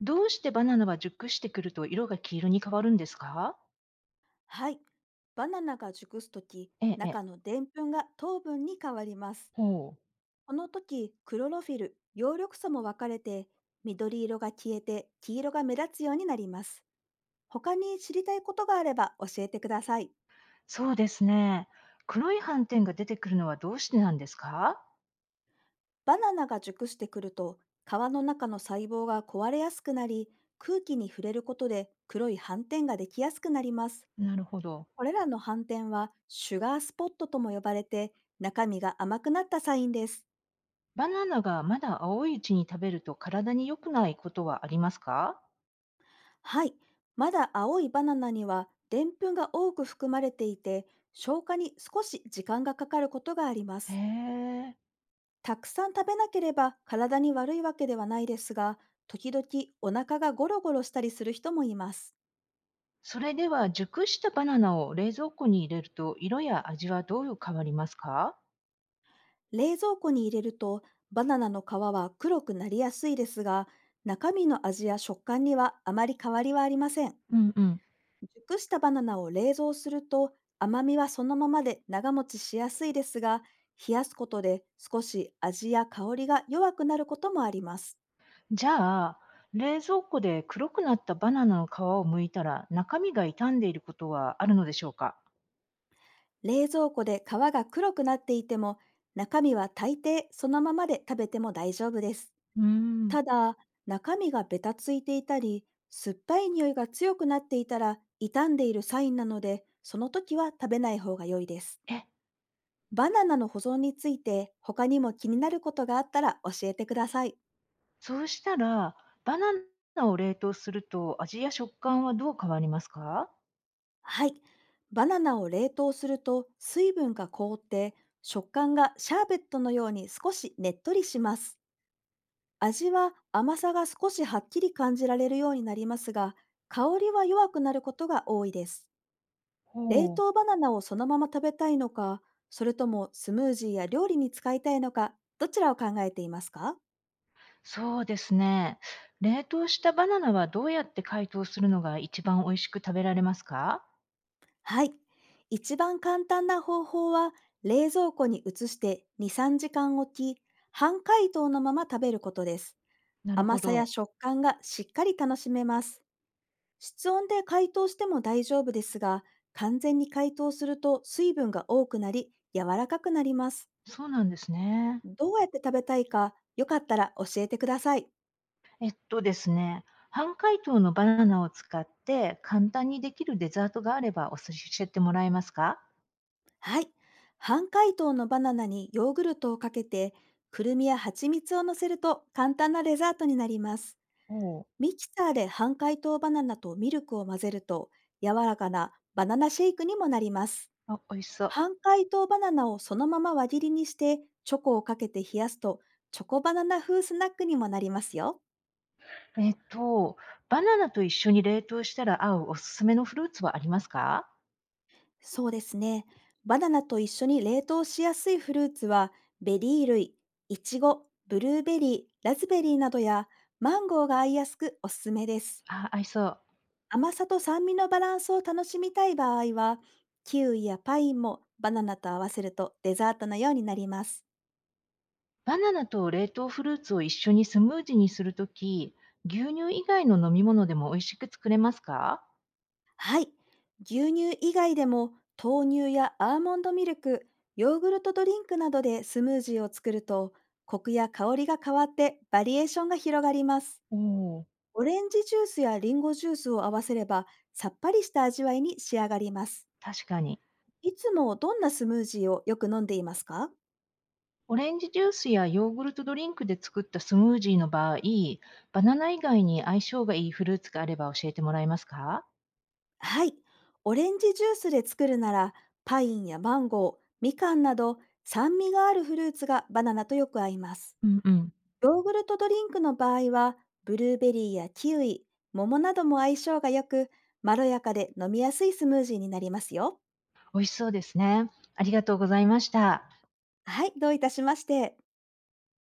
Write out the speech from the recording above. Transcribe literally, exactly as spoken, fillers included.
どうしてバナナは熟してくると色が黄色に変わるんですか？はい。バナナが熟すとき、ええ、ええ。中のでんぷんが糖分に変わります。ほう。この時、クロロフィル、葉緑素も分かれて、緑色が消えて黄色が目立つようになります。他に知りたいことがあれば教えてください。そうですね。黒い斑点が出てくるのはどうしてなんですか？バナナが熟してくると、皮の中の細胞が壊れやすくなり、空気に触れることで黒い斑点ができやすくなります。なるほど。これらの斑点はシュガースポットとも呼ばれて、中身が甘くなったサインです。バナナがまだ青いうちに食べると体に良くないことはありますか？はい、まだ青いバナナにはでんぷんが多く含まれていて、消化に少し時間がかかることがありまへす。え。たくさん食べなければ体に悪いわけではないですが、時々お腹がゴロゴロしたりする人もいます。それでは熟したバナナを冷蔵庫に入れると色や味はどう変わりますか？冷蔵庫に入れるとバナナの皮は黒くなりやすいですが、中身の味や食感にはあまり変わりはありません。うんうん。熟したバナナを冷蔵すると甘みはそのままで長持ちしやすいですが、冷やすことで少し味や香りが弱くなることもあります。じゃあ、冷蔵庫で黒くなったバナナの皮を剥いたら中身が傷んでいることはあるのでしょうか？冷蔵庫で皮が黒くなっていても、中身は大抵そのままで食べても大丈夫です。うーん。ただ、中身がベタついていたり、酸っぱい匂いが強くなっていたら傷んでいるサインなので、その時は食べない方が良いです。え、バナナの保存について他にも気になることがあったら教えてください。そうしたら、バナナを冷凍すると味や食感はどう変わりますか？はい。バナナを冷凍すると水分が凍って食感がシャーベットのように少しねっとりします。味は甘さが少しはっきり感じられるようになりますが、香りは弱くなることが多いです。冷ほう。凍バナナをそのまま食べたいのか、それともスムージーや料理に使いたいのか、どちらを考えていますか？そうですね。冷凍したバナナはどうやって解凍するのが一番美味しく食べられますか？はい。一番簡単な方法は、冷蔵庫に移してに、さんじかん置き、半解凍のまま食べることです。なる甘ほさやど。食感がしっかり楽しめます。室温で解凍しても大丈夫ですが、完全に解凍すると水分が多くなり、柔らかくなります。そうなんですね。どうやって食べたいか、よかったら教えてください。えっとですね、半解凍のバナナを使って簡単にできるデザートがあればおす教えてもらえますか？はい。半解凍のバナナにヨーグルトをかけて、くるみや蜂蜜を乗せると簡単なデザートになります。おおう。ミキサーで半解凍バナナとミルクを混ぜると、柔らかなバナナシェイクにもなります。あ、美味しそう。半解凍バナナをそのまま輪切りにしてチョコをかけて冷やすとチョコバナナ風スナックにもなりますよ。えっと、バナナと一緒に冷凍したら合うおすすめのフルーツはありますか？そうですね。バナナと一緒に冷凍しやすいフルーツはベリー類、イチゴ、ブルーベリー、ラズベリーなどやマンゴーが合いやすくおすすめです。あ、合いそう。甘さと酸味のバランスを楽しみたい場合はキウイやパインもバナナと合わせるとデザートのようになります。バナナと冷凍フルーツを一緒にスムージーにするとき、牛乳以外の飲み物でも美味しく作れますか？はい。牛乳以外でも豆乳やアーモンドミルク、ヨーグルトドリンクなどでスムージーを作ると、コクや香りが変わってバリエーションが広がります。おおー。オレンジジュースやリンゴジュースを合わせれば、さっぱりした味わいに仕上がります。確かに。いつもどんなスムージーをよく飲んでいますか？オレンジジュースやヨーグルトドリンクで作ったスムージーの場合、バナナ以外に相性がいいフルーツがあれば教えてもらえますか？はい。オレンジジュースで作るなら、パインやマンゴー、みかんなど、酸味があるフルーツがバナナとよく合います。うんうん。ヨーグルトドリンクの場合は、ブルーベリーやキウイ、桃なども相性が良く、まろやかで飲みやすいスムージーになりますよ。美味しそうですね。ありがとうございました。はい、どういたしまして。